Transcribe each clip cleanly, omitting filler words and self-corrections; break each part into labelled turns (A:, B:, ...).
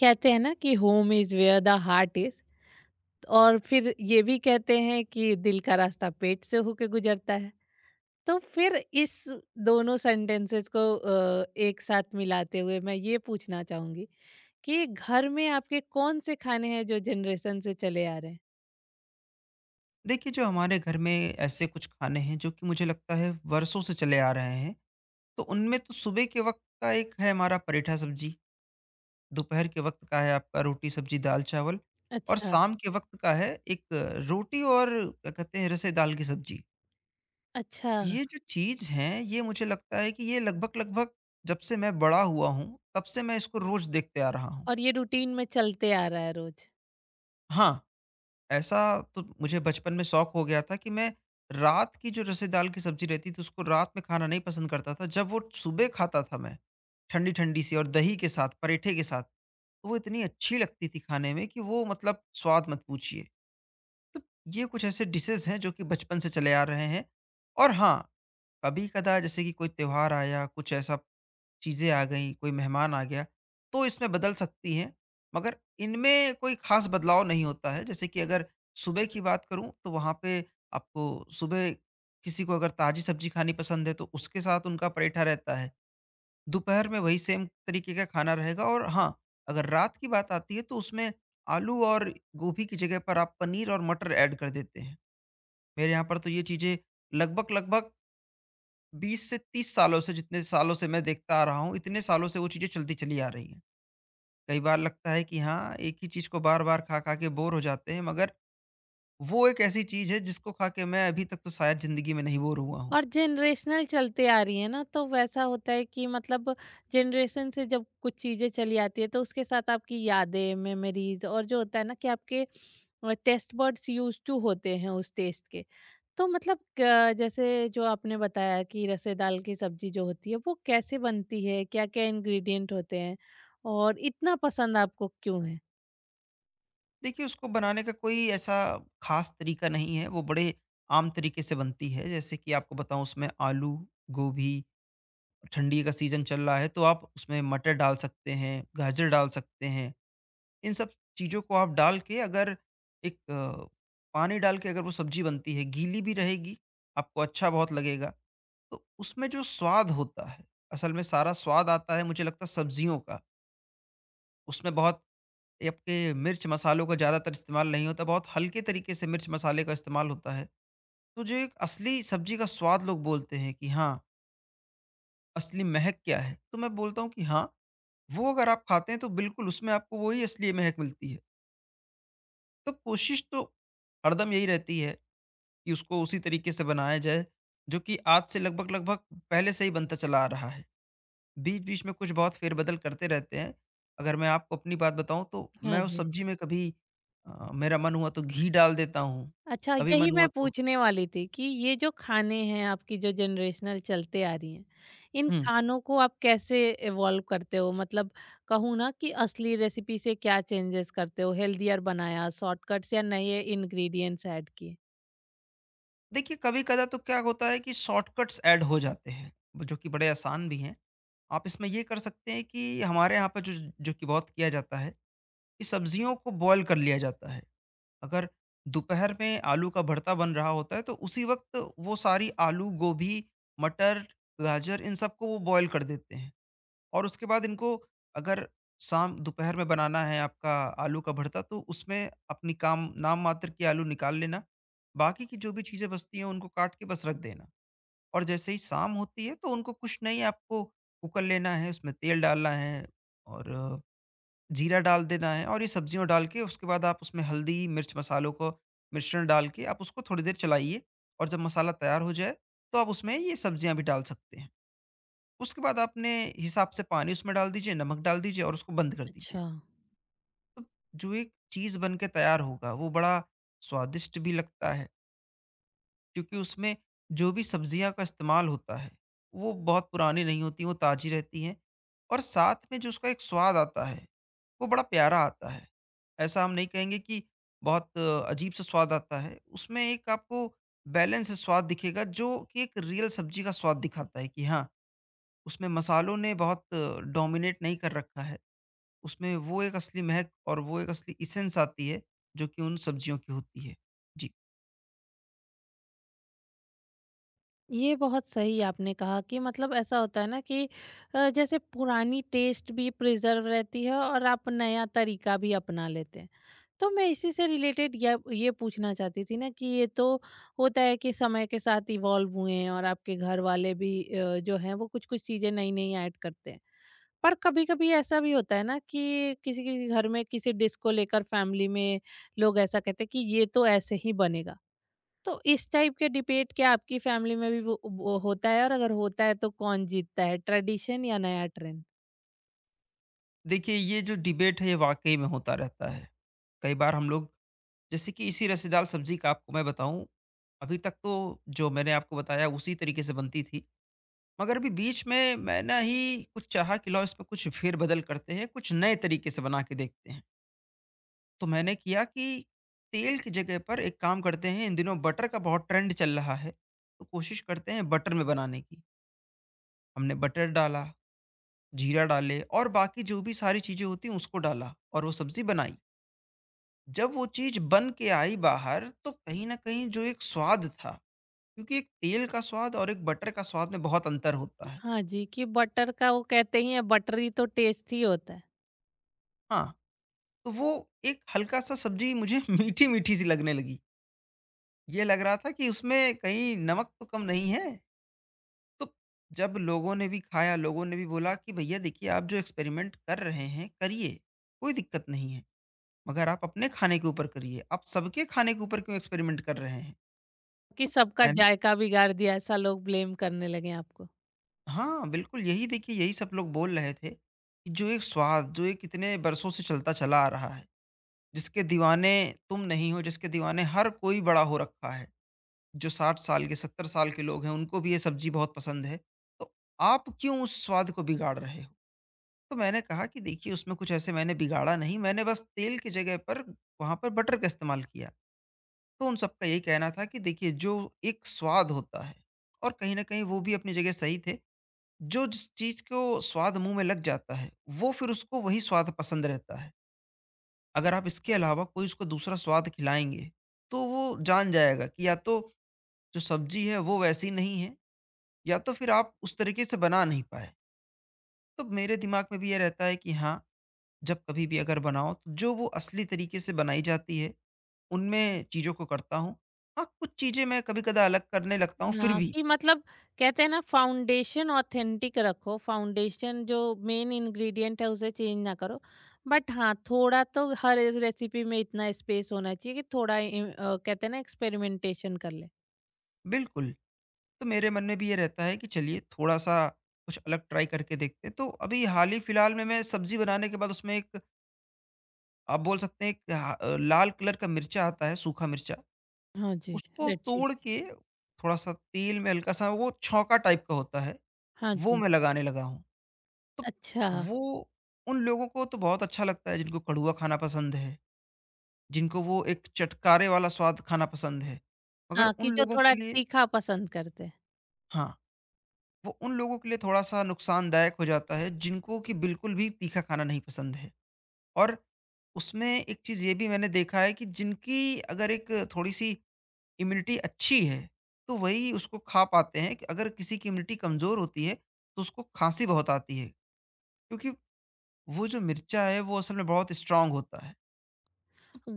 A: कहते हैं ना कि home is where the heart is. और फिर ये भी कहते हैं कि दिल का रास्ता पेट से होके गुजरता है। तो फिर इस दोनों सेंटेंसेस को एक साथ मिलाते हुए मैं ये पूछना चाहूंगी कि घर में आपके कौन से खाने हैं जो जनरेशन से चले आ रहे हैं।
B: देखिए, जो हमारे घर में ऐसे कुछ खाने हैं जो कि मुझे लगता है वर्षों से चले आ रहे हैं, तो उनमें तो सुबह के वक़्त का एक है हमारा पराठा सब्ज़ी, दोपहर के वक़्त का है आपका रोटी सब्ज़ी दाल-चावल और
A: अच्छा।
B: शाम के वक़्त का है एक रोटी और क्या कहते हैं रसे दाल की सब्ज़ी।
A: अच्छा।
B: ये जो चीज़ हैं, ये मुझे लगता है कि ये लगभग-लगभग जब से मैं बड़ा हुआ हूँ, तब से मैं इसको रोज़ देखते आ रहा हूँ।
A: और ये रूटीन में चलते आ रहा है रोज।
B: हाँ, ऐसा तो मुझे बचपन में शौक हो गया था कि मैं रात की जो जैसे दाल की सब्जी रहती थी उसको रात में खाना नहीं पसंद करता था। जब वो सुबह खाता था मैं, ठंडी ठंडी सी और दही के साथ पराठे के साथ, तो वो इतनी अच्छी लगती थी खाने में कि वो मतलब स्वाद मत पूछिए। तो ये कुछ ऐसे डिशेस हैं जो कि बचपन से चले आ रहे हैं। और हाँ, कभी कदा जैसे कि कोई त्योहार आया, कुछ ऐसा चीज़ें आ गईं, कोई मेहमान आ गया, तो इसमें बदल सकती हैं, मगर इनमें कोई खास बदलाव नहीं होता है। जैसे कि अगर सुबह की बात करूँ, तो वहाँ पे आपको सुबह किसी को अगर ताज़ी सब्ज़ी खानी पसंद है, तो उसके साथ उनका पराठा रहता है। दोपहर में वही सेम तरीके का खाना रहेगा, और हाँ, अगर रात की बात आती है, तो उसमें आलू और गोभी की जगह पर आप पनीर और मटर ऐड कर देते हैं। मेरे यहाँ पर तो ये चीज़ें लगभग-लगभग 20 से 30 सालों से, जितने सालों से मैं देखता आ रहा हूँ, इतने सालों से वो चीज़ें चलती चली आ रही हैं। कई बार लगता है कि हाँ, एक ही चीज़ को बार-बार खा-खा के बोर हो जाते हैं, मगर वो एक ऐसी चीज़ है जिसको खा के मैं अभी तक तो शायद ज़िंदगी में नहीं बोर हुआ हूँ।
A: और जनरेशनल चलते आ रही है ना, तो वैसा होता है कि मतलब जनरेशन से जब कुछ चीज़ें चली आती है तो उसके साथ आपकी यादें, मेमोरीज, और जो होता है ना कि आपके टेस्ट बर्ड्स यूज टू होते हैं उस टेस्ट के। तो मतलब क्या- जैसे जो आपने बताया कि रसे दाल की सब्जी जो होती है वो कैसे बनती है, क्या क्या इंग्रेडिएंट होते हैं और इतना पसंद आपको क्यों है?
B: देखिए, उसको बनाने का कोई ऐसा ख़ास तरीका नहीं है, वो बड़े आम तरीके से बनती है। जैसे कि आपको बताऊँ, उसमें आलू, गोभी, ठंडी का सीज़न चल रहा है तो आप उसमें मटर डाल सकते हैं, गाजर डाल सकते हैं। इन सब चीज़ों को आप डाल के, अगर एक पानी डाल के अगर वो सब्ज़ी बनती है, गीली भी रहेगी, आपको अच्छा बहुत लगेगा। तो उसमें जो स्वाद होता है, असल में सारा स्वाद आता है मुझे लगता है सब्ज़ियों का। उसमें बहुत, ये आपके मिर्च मसालों का ज़्यादातर इस्तेमाल नहीं होता, बहुत हल्के तरीके से मिर्च मसाले का इस्तेमाल होता है। तो जो एक असली सब्ज़ी का स्वाद लोग बोलते हैं कि हाँ, असली महक क्या है? तो मैं बोलता हूँ कि हाँ, वो अगर आप खाते हैं तो बिल्कुल उसमें आपको वही असली महक मिलती है। तो कोशिश तो हरदम यही रहती है कि उसको उसी तरीके से बनाया जाए जो कि आज से लगभग लगभग पहले से ही बनता चला आ रहा है। बीच-बीच में कुछ बहुत फेरबदल करते रहते हैं। अगर मैं आपको अपनी बात बताऊँ, तो
A: हाँ
B: मैं उस
A: जी।
B: सब्ज़ी में कभी मेरा मन हुआ तो घी डाल देता हूँ,
A: अच्छा,
B: कभी
A: यही
B: मन हुआ
A: मैं
B: तो।
A: पूछने वाली थी कि ये जो खाने हैं आपकी जो जनरेशनल चलते आ रही हैं, इन
B: हुँ।
A: खानों को आप कैसे इवॉल्व करते हो? मतलब कहूँ ना कि असली रेसिपी से क्या चेंजेस करते हो? हेल्दियर बनाया, शॉर्टकट्स या नए इंग्रेडिएंट्स ऐड किए?
B: देखिए, कभी-कदा तो क्या होता है कि शॉर्टकट्स ऐड हो जाते हैं, जो कि बड़े आसान भी हैं। आप इसमें ये कर सकते हैं कि हमारे यहाँ पे जो जो कि बहुत किया जाता है कि सब्ज़ियों को बॉयल कर लिया जाता है। अगर दोपहर में आलू का भरता बन रहा होता है तो उसी वक्त वो सारी आलू, गोभी, मटर, गाजर, इन सबको वो बॉयल कर देते हैं और उसके बाद इनको, अगर शाम दोपहर में बनाना है आपका आलू का भरता, तो उसमें अपनी काम नाम मात्र की आलू निकाल लेना। बाकी की जो भी चीज़ें बचती हैं उनको काट के बस रख देना, और जैसे ही शाम होती है तो उनको कुछ नहीं, आपको उकल लेना है, उसमें तेल डालना है और जीरा डाल देना है, और ये सब्जियों डाल के उसके बाद आप उसमें हल्दी, मिर्च मसालों को मिश्रण डाल के आप उसको थोड़ी देर चलाइए, और जब मसाला तैयार हो जाए, तो आप उसमें ये सब्जियाँ भी डाल सकते हैं। उसके बाद आपने हिसाब से पानी उसमें डाल दीजिए, नमक डाल दीजिए और उसको बंद कर दीजिए।
A: अच्छा।
B: तो जो एक चीज़ बन के तैयार होगा, वो बड़ा स्वादिष्ट भी लगता है। क्योंकि उसमें जो भी सब्जियाँ का इस्तेमाल होता है, वो बहुत पुरानी नहीं होती, वो ताज़ी रहती हैं, और साथ में जो उसका एक स्वाद आता है, वो बड़ा प्यारा आता है। ऐसा हम नहीं कहेंगे कि बहुत अजीब सा स्वाद आता है, उसमें एक आपको बैलेंस स्वाद दिखेगा जो कि एक रियल सब्ज़ी का स्वाद दिखाता है कि हाँ, उसमें मसालों ने बहुत डोमिनेट नहीं कर रखा है। उसमें वो एक असली महक और वो एक असली एसेंस आती है, जो कि उन सब्जियों की होती है। जी।
A: ये बहुत सही आपने कहा कि मतलब ऐसा होता है ना कि जैसे पुरानी टेस्ट भी प्रिजर्व रहती है और आप नया तरीका भी अपना लेते हैं। तो मैं इसी से रिलेटेड ये पूछना चाहती थी ना कि ये तो होता है कि समय के साथ इवॉल्व हुए हैं और आपके घर वाले भी जो हैं वो कुछ कुछ चीज़ें नई नई ऐड करते हैं। पर कभी कभी ऐसा भी होता है ना कि किसी किसी घर में किसी डिश को लेकर फैमिली में लोग ऐसा कहते हैं कि ये तो ऐसे ही बनेगा। तो इस टाइप के डिबेट क्या आपकी फैमिली में भी वो होता है? और अगर होता है तो कौन जीतता है, ट्रेडिशन या नया ट्रेंड?
B: देखिए, ये जो डिबेट है ये वाक़ई में होता रहता है। कई बार हम लोग, जैसे कि इसी रसेदार सब्ज़ी का आपको मैं बताऊँ, अभी तक तो जो मैंने आपको बताया उसी तरीके से बनती थी। मगर अभी बीच में मैं ना ही कुछ चाहा कि लाओ इसमें कुछ फेर-बदल करते हैं, कुछ नए तरीके से बना के देखते हैं। तो मैंने किया कि तेल की जगह पर एक काम करते हैं, इन दिनों बटर का बहुत ट्रेंड चल रहा है, तो कोशिश करते हैं बटर में बनाने की। हमने बटर डाला, जीरा डाले और बाकी जो भी सारी चीज़ें होती हैं उसको डाला और वो सब्ज़ी बनाई। जब वो चीज़ बन के आई बाहर तो कहीं न कहीं जो एक स्वाद था, क्योंकि एक तेल का स्वाद और एक बटर का स्वाद में बहुत अंतर होता है।
A: हाँ जी, कि बटर का वो कहते ही हैं बटरी तो टेस्ट ही होता है।
B: हाँ, तो वो एक हल्का-सा सब्ज़ी मुझे मीठी-मीठी सी लगने लगी। ये लग रहा था कि उसमें कहीं नमक तो कम नहीं है? तो जब लोगों ने भी खाया, लोगों ने भी बोला कि भैया देखिए आप जो एक्सपेरिमेंट कर रहे हैं, करिए, कोई दिक्कत नहीं है। मगर आप अपने खाने के ऊपर करिए, आप सबके खाने के ऊपर क्यों एक्सपेरिमेंट कर रहे हैं?
A: कि
B: तो
A: सबका
B: मैंने,
A: जायका बिगाड़ दिया ऐसा लोग ब्लेम करने लगे हैं आपको।
B: हाँ, बिल्कुल यही देखिए, यही सब लोग बोल रहे थे, कि जो एक स्वाद, जो एक इतने बरसों से चलता चला आ रहा है, जिसके दीवाने तुम नहीं हो, जिसके दीवाने हर कोई बड़ा हो रखा है। जो 60 साल के, 70 साल के लोग हैं, उनको भी ये सब्ज़ी बहुत पसंद है, तो आप क्यों उस स्वाद को बिगाड़ रहे हो? तो मैंने कहा कि देखिए उसमें कुछ ऐसे मैंने बिगाड़ा नहीं, मैंने बस तेल की जगह पर वहाँ पर बटर का इस्तेमाल किया। तो उन सबका यही कहना था कि देखिए जो एक स्वाद होता है, और कहीं न कहीं वो भी अपनी जगह सही थे। जो जिस चीज़ को स्वाद मुँह में लग जाता है, वो फिर उसको वही स्वाद पसंद रहता है। अगर आप इसके अलावा कोई उसको दूसरा स्वाद खिलाएँगे, तो वो जान जाएगा कि या तो जो सब्ज़ी है वो वैसी नहीं है, या तो फिर आप उस तरीके से बना नहीं पाए। तो मेरे दिमाग में भी ये रहता है कि हाँ, जब कभी भी अगर बनाओ तो जो वो असली तरीके से बनाई जाती है, उनमें चीज़ों को करता हूँ। हाँ, कुछ चीज़ें मैं कभी-कदा अलग करने लगता हूँ फिर
A: हाँ,
B: भी।
A: कि मतलब कहते हैं ना फाउंडेशन ऑथेंटिक रखो, फाउंडेशन जो मेन इंग्रीडिएंट है उसे चेंज ना करो। बट हाँ, थोड़ा तो हर इस रेसिपी में इतना स्पेस होना चाहिए कि थोड़ा कहते हैं ना एक्सपेरिमेंटेशन कर ले।
B: बिल्कुल। तो मेरे मन में भी ये रहता है कि चलिए थोड़ा-सा कुछ अलग ट्राई करके देखते हैं। तो अभी हाल ही फिलहाल में मैं सब्ज़ी बनाने के बाद उसमें एक, आप बोल सकते हैं एक लाल कलर का मिर्चा आता है, सूखा मिर्चा।
A: हाँ जी,
B: उसको
A: रेड
B: तोड़
A: चिली।
B: के थोड़ा-सा तेल में हल्का-सा, वो छौंका टाइप का होता है,
A: हाँ
B: वो
A: जी।
B: मैं लगाने लगा हूँ। तो
A: अच्छा।
B: वो उन लोगों को तो बहुत अच्छा लगता है जिनको कड़ुआ खाना पसंद है, जिनको वो एक चटकारे वाला स्वाद खाना पसंद है। मगर
A: हाँ,
B: उन
A: कि जो
B: लोगों
A: थोड़ा
B: के लिए,
A: तीखा पसंद करते हैं।
B: हाँ। वो उन लोगों के लिए थोड़ा-सा नुकसानदायक हो जाता है जिनको कि बिल्कुल भी तीखा खाना नहीं पसंद है। और उसमें एक चीज़ ये भी मैंने देखा है कि जिनकी अगर एक थोड़ी-सी इम्यूनिटी अच्छी है, तो वही उसको खा पाते हैं। कि अगर किसी की इम्यूनिटी कमज़ोर होती है, तो उसको खाँसी बहुत आती है, क्योंकि वो जो मिर्चा है वो असल में बहुत स्ट्रॉन्ग होता है।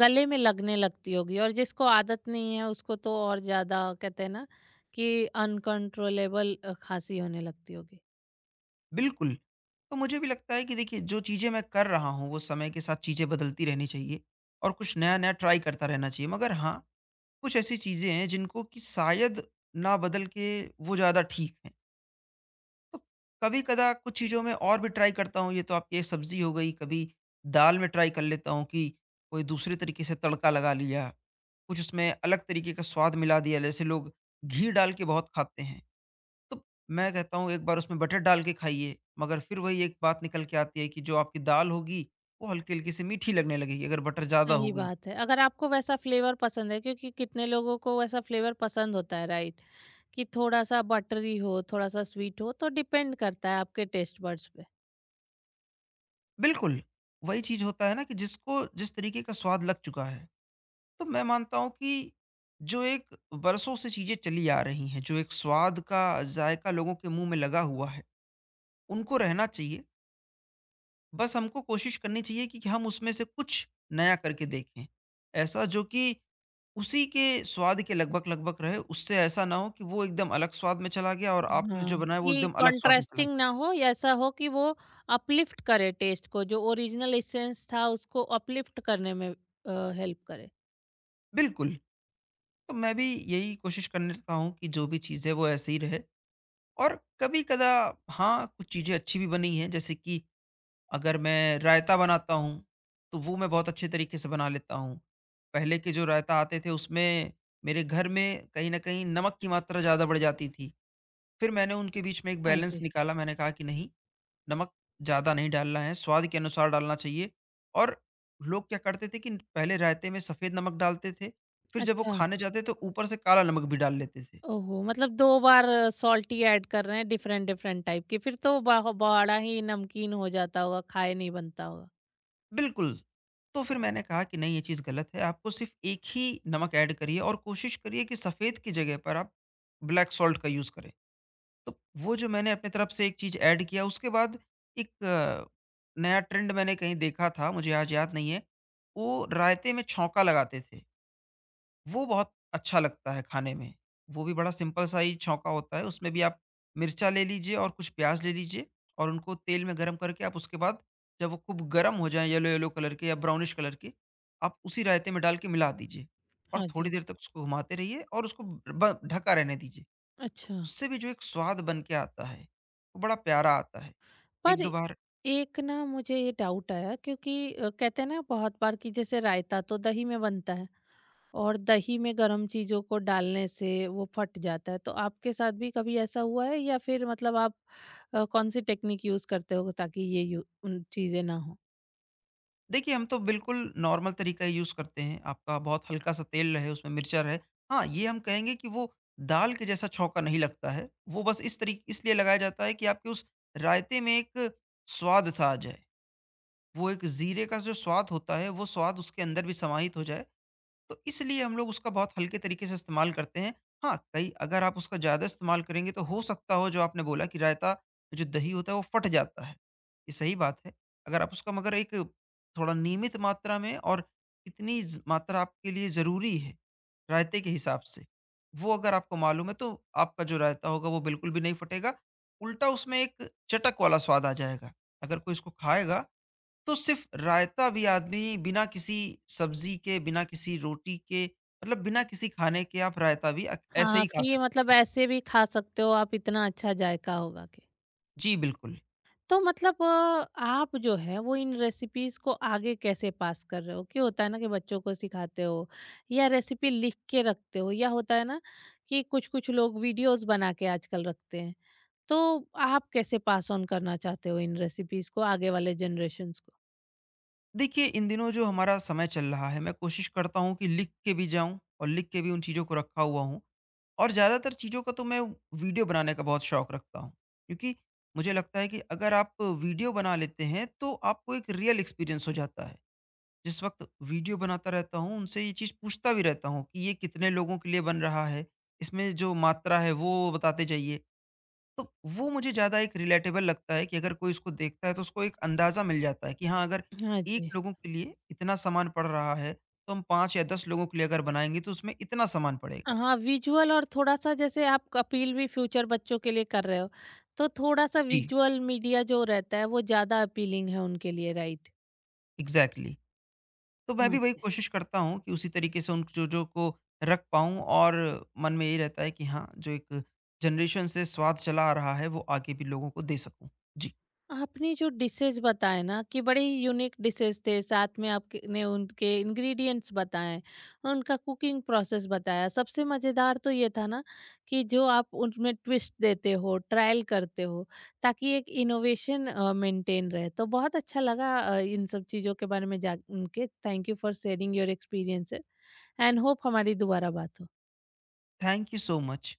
A: गले में लगने लगती होगी और जिसको आदत नहीं है उसको तो और ज़्यादा कहते हैं ना कि अनकंट्रोलेबल खाँसी होने लगती होगी।
B: बिल्कुल, तो मुझे भी लगता है कि देखिए जो चीज़ें मैं कर रहा हूँ, वो समय के साथ चीज़ें बदलती रहनी चाहिए और कुछ नया-नया ट्राई करता रहना चाहिए। मगर हाँ, कुछ ऐसी चीज़ें हैं जिनको कि शायद ना बदल के वो ज़्यादा ठीक हैं। तो कभी-कदा कुछ चीज़ों में और भी ट्राई करता हूँ, ये तो आपकी सब्ज़ी हो गई, कभी दाल में ट्राई कर लेता हूँ कि कोई दूसरे तरीके से तड़का लगा लिया, कुछ उसमें अलग तरीके का स्वाद मिला दिया, जैसे लोग घी डाल के बहुत खाते हैं। तो मैं कहता हूँ एक बार उसमें बटर डाल के खाइए, मगर फिर वही एक बात निकल के आती है कि जो आपकी दाल होगी, वो हल्की-हल्की सी मीठी लगने लगेगी अगर बटर ज़्यादा
A: सही
B: हो गई।
A: बात है। अगर आपको वैसा फ्लेवर पसंद है क्योंकि कितने लोगों को वैसा फ्लेवर पसंद होता है, राइट? कि थोड़ा-सा बटरी हो, थोड़ा-सा स्वीट हो, तो डिपेंड करता है आपके टेस्ट बड्स पे।
B: बिल्कुल, वही चीज़ होता है ना कि जिस तरीके का स्वाद लग चुका है, तो मैं मानता हूँ कि जो एक बरसों से चीज़ें चली आ रही हैं, जो एक स्वाद का ज़ायका लोगों के मुँह में लगा हुआ है, उनको रहना चाहिए। बस हमको कोशिश करनी चाहिए कि हम उसमें से कुछ नया करके देखें। ऐसा जो कि उसी के स्वाद के लगभग-लगभग रहे, उससे ऐसा ना हो कि वो एकदम अलग स्वाद में चला गया, और आपने
A: हाँ।
B: जो बनाया वो
A: कि
B: एकदम अलग स्वाद में चला
A: कंट्रास्टिंग
B: गया।
A: ना हो या ऐसा हो कि वो अपलिफ्ट करे टेस्ट को, जो ओरिजिनल एसेंस था उसको अपलिफ्ट करने में हेल्प करे।
B: बिल्कुल। तो मैं भी यही कोशिश करता हूँ कि जो भी चीज़ है वो ऐसे ही रहे, और कभी-कदा हाँ, कुछ चीज़ें अच्छी भी बनी हैं, जैसे कि अगर मैं रायता बनाता हूँ, तो वो मैं बहुत अच्छे तरीके से बना लेता हूँ। पहले के जो रायता आते थे, उसमें मेरे घर में कहीं न कहीं नमक की मात्रा ज़्यादा बढ़ जाती थी। फिर मैंने उनके बीच में एक
A: हाँ
B: बैलेंस
A: जी।
B: निकाला, मैंने कहा कि नहीं, नमक ज़्यादा नहीं डालना है, स्वाद के अनुसार डालना चाहिए। और लोग क्या करते थे कि पहले रायते में सफ़ेद नमक डालते थे, फिर जब वो
A: अच्छा।
B: खाने जाते, तो ऊपर से काला नमक भी डाल लेते थे।
A: ओहो! मतलब 2 बार सॉल्टी ऐड कर रहे हैं डिफरेंट डिफरेंट टाइप की, फिर तो बह बड़ा ही नमकीन हो जाता होगा, खाए नहीं बनता होगा।
B: बिल्कुल। तो फिर मैंने कहा कि नहीं, ये चीज़ गलत है। आपको सिर्फ़ एक ही नमक ऐड करिए, और कोशिश करिए कि सफ़ेद की जगह पर आप ब्लैक सॉल्ट का यूज़ करें। तो वो जो मैंने अपनी तरफ से एक चीज़ ऐड किया, उसके बाद एक नया ट्रेंड मैंने कहीं देखा था, मुझे आज याद नहीं है। वो रायते में छौंका लगाते थे। वो बहुत अच्छा लगता है खाने में। वो भी बड़ा सिंपल सा ही छौंका होता है। उसमें भी आप मिर्चा ले लीजिए और कुछ प्याज़ ले लीजिए, और उनको तेल में गरम करके आप उसके बाद, जब वो खूब गरम हो जाएँ येलो-येलो कलर के या ब्राउनिश कलर के, आप उसी रायते में डाल के मिला दीजिए, और
A: हाँ
B: थोड़ी
A: जी।
B: देर तक उसको घुमाते रहिए और उसको ब ढका रहने दीजिए। तो
A: अच्छा।
B: उससे भी जो एक स्वाद बन के आता है, वो बड़ा प्यारा आता है।
A: पर
B: 1-2 बार।
A: एक ना मुझे ये डाउट आया क्योंकि कहते हैं ना बहुत बार कि जैसे रायता तो दही में बनता है। और दही में गरम चीज़ों को डालने से वो फट जाता है। तो आपके साथ भी कभी ऐसा हुआ है या फिर मतलब आप कौन-सी टेक्निक यूज़ करते हो ताकि ये यू उन चीज़ें ना हो?
B: देखिए, हम तो बिल्कुल नॉर्मल तरीका ही यूज़ करते हैं। आपका बहुत हल्का-सा तेल रहे, उसमें मिर्चा रहे। हाँ, ये हम कहेंगे कि वो दाल के जैसा छौंका नहीं लगता है। वो बस इस तरी इसलिए लगाया जाता है कि आपके उस रायते में एक स्वाद-सा आ जाए। वो एक जीरे का जो स्वाद होता है, वो स्वाद उसके अंदर भी समाहित हो जाए, तो इसलिए हम लोग उसका बहुत हल्के तरीके से इस्तेमाल करते हैं। हाँ, कई अगर आप उसका ज़्यादा इस्तेमाल करेंगे, तो हो सकता हो जो आपने बोला कि रायता, जो दही होता है, वो फट जाता है। ये सही बात है। अगर आप उसका मगर एक थोड़ा नियमित मात्रा में, और कितनी ज़ मात्रा आपके लिए ज़रूरी है, रायते के हिसाब से, वो अगर आपको मालूम है, तो आपका जो रायता होगा वो बिल्कुल भी नहीं फटेगा। उल्टा उसमें एक चटक वाला स्वाद आ जाएगा। अगर कोई इसको खाएगा, तो सिर्फ़ रायता भी आदमी बिना किसी सब्ज़ी के, बिना किसी रोटी के, मतलब बिना किसी खाने के आप रायता भी अक ऐसे
A: हाँ,
B: ही खा
A: कि ये
B: सकते
A: मतलब
B: हैं।
A: ऐसे भी खा सकते हो आप, इतना अच्छा जायका होगा के।
B: जी, बिल्कुल।
A: तो मतलब आप जो है वो इन रेसिपीज़ को आगे कैसे पास कर रहे हो? कि होता है ना कि बच्चों को सिखाते हो या रेसिपी लिख के रखते हो, या होता है ना कि कुछ-कुछ लोग वीडियोज़ बना के आजकल रखते हैं। तो आप कैसे पास ऑन करना चाहते हो इन रेसिपीज को आगे वाले जनरेशन्स को?
B: देखिए, इन दिनों जो हमारा समय चल रहा है, मैं कोशिश करता हूँ कि लिख के भी जाऊँ, और लिख के भी उन चीज़ों को रखा हुआ हूँ। और ज़्यादातर चीज़ों का तो मैं वीडियो बनाने का बहुत शौक रखता हूँ। क्योंकि मुझे लगता है कि अगर आप वीडियो बना लेते हैं, तो आपको एक रियल एक्सपीरियंस हो जाता है। जिस वक़्त वीडियो बनाता रहता हूँ, उनसे ये चीज़ पूछता भी रहता हूँ कि ये कितने लोगों के लिए बन रहा है, इसमें जो मात्रा है वो बताते जाइए। तो वो मुझे ज़्यादा एक रिलेटेबल लगता है कि अगर कोई उसको देखता है, तो उसको एक अंदाज़ा मिल जाता है कि हाँ, अगर
A: हाँ
B: 1
A: जी।
B: लोगों के लिए इतना सामान पड़ रहा है, तो हम 5 या 10 लोगों के लिए अगर बनाएँगे तो उसमें इतना सामान पड़ेगा।
A: हाँ, विजुअल और थोड़ा-सा जैसे आप अपील भी फ्यूचर बच्चों के लिए कर रहे हो, तो थोड़ा-सा
B: जी,
A: विजुअल मीडिया जो रहता है वो ज़्यादा अपीलिंग है उनके लिए, राइट?
B: एग्ज़ैक्टली। तो मैं
A: हाँ
B: भी वही
A: जी।
B: कोशिश करता हूँ कि उसी तरीके से उन चीज़ों को रख पाऊँ। और मन में यही रहता है कि हाँ, जो एक जनरेशन से स्वाद चला आ रहा है, वो आगे भी लोगों को दे सकूँ। जी,
A: आपने जो डिशेस बताए ना कि बड़े ही यूनिक डिशेस थे, साथ में आपने उनके इंग्रेडिएंट्स बताए, उनका कुकिंग प्रोसेस बताया। सबसे मज़ेदार तो ये था ना कि जो आप उनमें ट्विस्ट देते हो, ट्रायल करते हो ताकि एक इनोवेशन मेंटेन रहे। तो बहुत अच्छा लगा इन सब चीज़ों के बारे में जान के। Thank you for sharing your experiences and hope हमारी दोबारा बात हो।
B: Thank you so much.